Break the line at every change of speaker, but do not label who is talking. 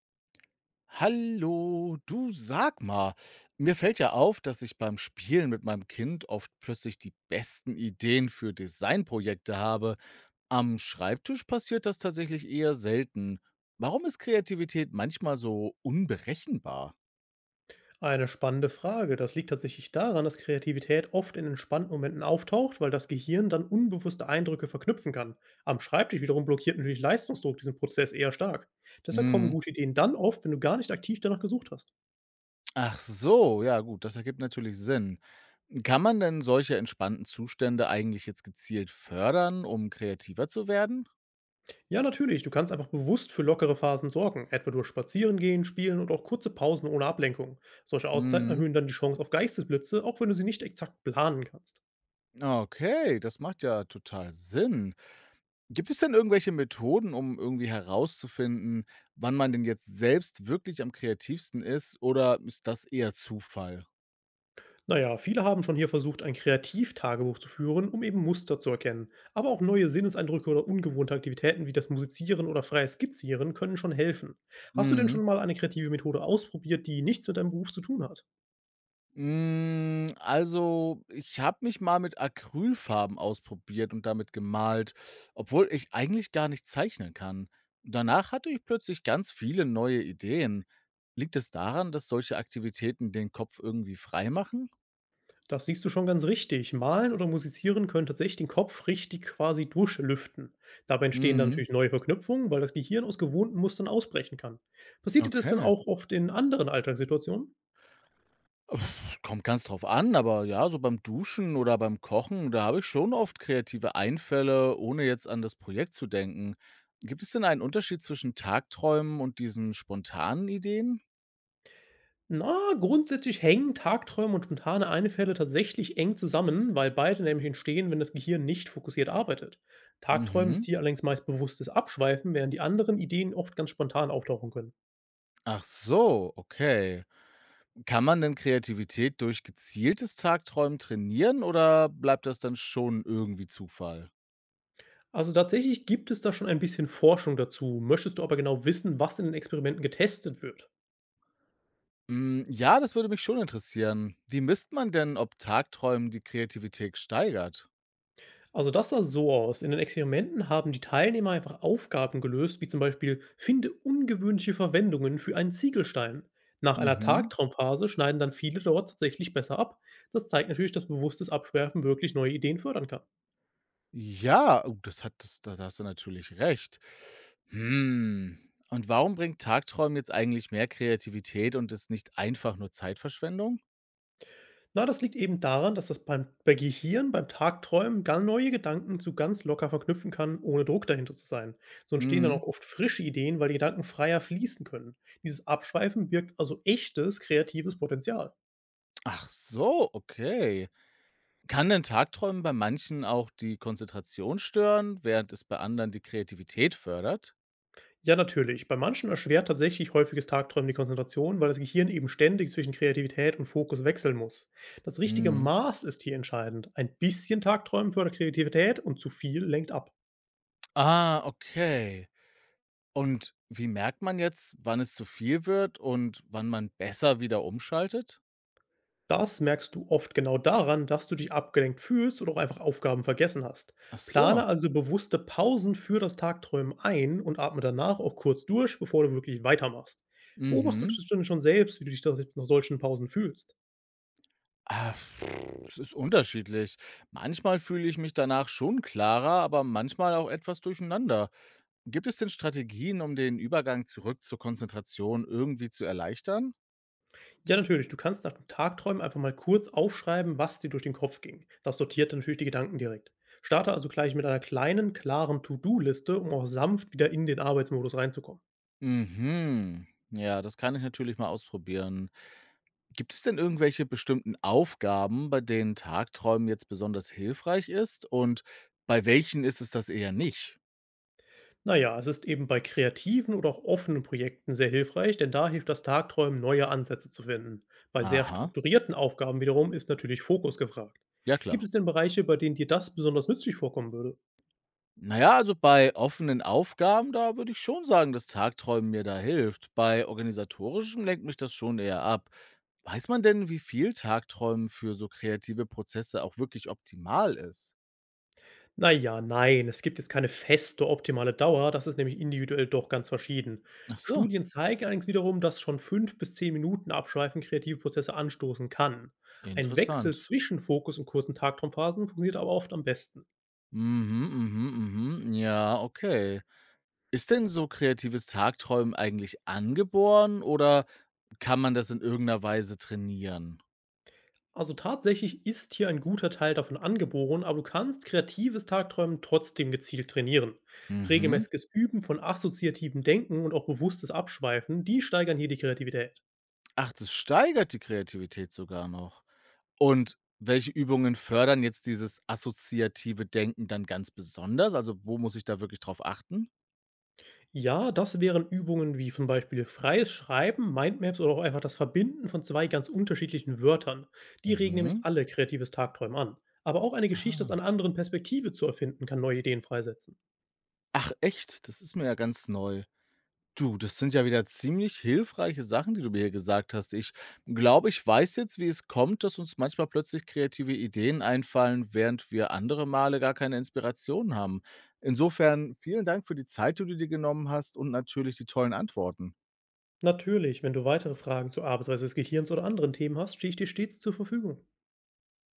Hallo, du, sag mal, mir fällt ja auf, dass ich beim Spielen mit meinem Kind oft plötzlich die besten Ideen für Designprojekte habe. Am Schreibtisch passiert das tatsächlich eher selten. Warum ist Kreativität manchmal so unberechenbar?
Eine spannende Frage. Das liegt tatsächlich daran, dass Kreativität oft in entspannten Momenten auftaucht, weil das Gehirn dann unbewusste Eindrücke verknüpfen kann. Am Schreibtisch wiederum blockiert natürlich Leistungsdruck diesen Prozess eher stark. Deshalb kommen
Hm,
gute Ideen dann oft, wenn du gar nicht aktiv danach gesucht hast.
Ach so, ja gut, das ergibt natürlich Sinn. Kann man denn solche entspannten Zustände eigentlich jetzt gezielt fördern, um kreativer zu werden?
Ja, natürlich, du kannst einfach bewusst für lockere Phasen sorgen, etwa durch Spazieren gehen, Spielen und auch kurze Pausen ohne Ablenkung. Solche Auszeiten
Hm,
erhöhen dann die Chance auf Geistesblitze, auch wenn du sie nicht exakt planen kannst.
Okay, das macht ja total Sinn. Gibt es denn irgendwelche Methoden, um irgendwie herauszufinden, wann man denn jetzt selbst wirklich am kreativsten ist, oder ist das eher Zufall?
Naja, viele haben schon hier versucht, ein Kreativtagebuch zu führen, um eben Muster zu erkennen. Aber auch neue Sinneseindrücke oder ungewohnte Aktivitäten wie das Musizieren oder freies Skizzieren können schon helfen. Hast du denn
Mhm.
schon mal eine kreative Methode ausprobiert, die nichts mit deinem Beruf zu tun hat?
Also, ich habe mich mal mit Acrylfarben ausprobiert und damit gemalt, obwohl ich eigentlich gar nicht zeichnen kann. Danach hatte ich plötzlich ganz viele neue Ideen. Liegt es daran, dass solche Aktivitäten den Kopf irgendwie frei machen?
Das siehst du schon ganz richtig. Malen oder Musizieren können tatsächlich den Kopf richtig quasi durchlüften. Dabei entstehen dann
Mhm.
natürlich neue Verknüpfungen, weil das Gehirn aus gewohnten Mustern ausbrechen kann. Passiert dir das dann
Okay.
auch oft in anderen Alltagssituationen?
Kommt ganz drauf an, aber ja, so beim Duschen oder beim Kochen, da habe ich schon oft kreative Einfälle, ohne jetzt an das Projekt zu denken. Gibt es denn einen Unterschied zwischen Tagträumen und diesen spontanen Ideen?
Na, grundsätzlich hängen Tagträume und spontane Einfälle tatsächlich eng zusammen, weil beide nämlich entstehen, wenn das Gehirn nicht fokussiert arbeitet. Tagträumen ist
Mhm.
hier allerdings meist bewusstes Abschweifen, während die anderen Ideen oft ganz spontan auftauchen können.
Ach so, okay. Kann man denn Kreativität durch gezieltes Tagträumen trainieren, oder bleibt das dann schon irgendwie Zufall?
Also tatsächlich gibt es da schon ein bisschen Forschung dazu. Möchtest du aber genau wissen, was in den Experimenten getestet wird?
Ja, das würde mich schon interessieren. Wie misst man denn, ob Tagträumen die Kreativität steigert?
Also das sah so aus. In den Experimenten haben die Teilnehmer einfach Aufgaben gelöst, wie zum Beispiel finde ungewöhnliche Verwendungen für einen Ziegelstein. Nach einer
Mhm.
Tagtraumphase schneiden dann viele dort tatsächlich besser ab. Das zeigt natürlich, dass bewusstes Abschwerfen wirklich neue Ideen fördern kann.
Ja, oh, das hat das da hast du natürlich recht. Hm, und warum bringt Tagträumen jetzt eigentlich mehr Kreativität und ist nicht einfach nur Zeitverschwendung?
Na, das liegt eben daran, dass das bei Gehirn beim Tagträumen ganz neue Gedanken zu ganz locker verknüpfen kann, ohne Druck dahinter zu sein. So entstehen dann
Mhm.
auch oft frische Ideen, weil die Gedanken freier fließen können. Dieses Abschweifen birgt also echtes kreatives Potenzial.
Ach so, okay. Kann denn Tagträumen bei manchen auch die Konzentration stören, während es bei anderen die Kreativität fördert?
Ja, natürlich. Bei manchen erschwert tatsächlich häufiges Tagträumen die Konzentration, weil das Gehirn eben ständig zwischen Kreativität und Fokus wechseln muss. Das richtige
Mhm.
Maß ist hier entscheidend. Ein bisschen Tagträumen fördert Kreativität und zu viel lenkt ab.
Ah, okay. Und wie merkt man jetzt, wann es zu viel wird und wann man besser wieder umschaltet?
Das merkst du oft genau daran, dass du dich abgelenkt fühlst oder auch einfach Aufgaben vergessen hast.
Ach so.
Plane also bewusste Pausen für das Tagträumen ein und atme danach auch kurz durch, bevor du wirklich weitermachst. Beobachtest
Mhm.
du denn schon selbst, wie du dich nach solchen Pausen fühlst?
Ah, es ist unterschiedlich. Manchmal fühle ich mich danach schon klarer, aber manchmal auch etwas durcheinander. Gibt es denn Strategien, um den Übergang zurück zur Konzentration irgendwie zu erleichtern?
Ja, natürlich. Du kannst nach dem Tagträumen einfach mal kurz aufschreiben, was dir durch den Kopf ging. Das sortiert dann natürlich die Gedanken direkt. Starte also gleich mit einer kleinen, klaren To-Do-Liste, um auch sanft wieder in den Arbeitsmodus reinzukommen.
Mhm. Ja, das kann ich natürlich mal ausprobieren. Gibt es denn irgendwelche bestimmten Aufgaben, bei denen Tagträumen jetzt besonders hilfreich ist? Und bei welchen ist es das eher nicht?
Naja, es ist eben bei kreativen oder auch offenen Projekten sehr hilfreich, denn da hilft das Tagträumen, neue Ansätze zu finden. Bei sehr
Aha,
strukturierten Aufgaben wiederum ist natürlich Fokus gefragt.
ja
Gibt
klar.
es denn Bereiche, bei denen dir das besonders nützlich vorkommen würde?
Na ja, also bei offenen Aufgaben, da würde ich schon sagen, dass Tagträumen mir da hilft. Bei organisatorischem lenkt mich das schon eher ab. Weiß man denn, wie viel Tagträumen für so kreative Prozesse auch wirklich optimal ist?
Na ja, nein, es gibt jetzt keine feste optimale Dauer, das ist nämlich individuell doch ganz verschieden.
Ach so,
Studien zeigen allerdings wiederum, dass schon 5 bis 10 Minuten Abschweifen kreative Prozesse anstoßen kann. Ein Wechsel
interessant.
zwischen Fokus und kurzen Tagtraumphasen funktioniert aber oft am besten.
Mhm, mhm, mhm. Ja, okay. Ist denn so kreatives Tagträumen eigentlich angeboren, oder kann man das in irgendeiner Weise trainieren?
Also tatsächlich ist hier ein guter Teil davon angeboren, aber du kannst kreatives Tagträumen trotzdem gezielt trainieren.
Mhm.
Regelmäßiges Üben von assoziativem Denken und auch bewusstes Abschweifen, die steigern hier die Kreativität.
Ach, das steigert die Kreativität sogar noch. Und welche Übungen fördern jetzt dieses assoziative Denken dann ganz besonders? Also, wo muss ich da wirklich drauf achten?
Ja, das wären Übungen wie zum Beispiel freies Schreiben, Mindmaps oder auch einfach das Verbinden von zwei ganz unterschiedlichen Wörtern. Die regen
Mhm.
nämlich alle kreatives Tagträumen an. Aber auch eine Geschichte aus
Ah.
einer anderen Perspektive zu erfinden, kann neue Ideen freisetzen.
Ach echt? Das ist mir ja ganz neu. Du, das sind ja wieder ziemlich hilfreiche Sachen, die du mir hier gesagt hast. Ich glaube, ich weiß jetzt, wie es kommt, dass uns manchmal plötzlich kreative Ideen einfallen, während wir andere Male gar keine Inspiration haben. Insofern vielen Dank für die Zeit, die du dir genommen hast, und natürlich die tollen Antworten.
Natürlich, wenn du weitere Fragen zur Arbeitsweise des Gehirns oder anderen Themen hast, stehe ich dir stets zur Verfügung.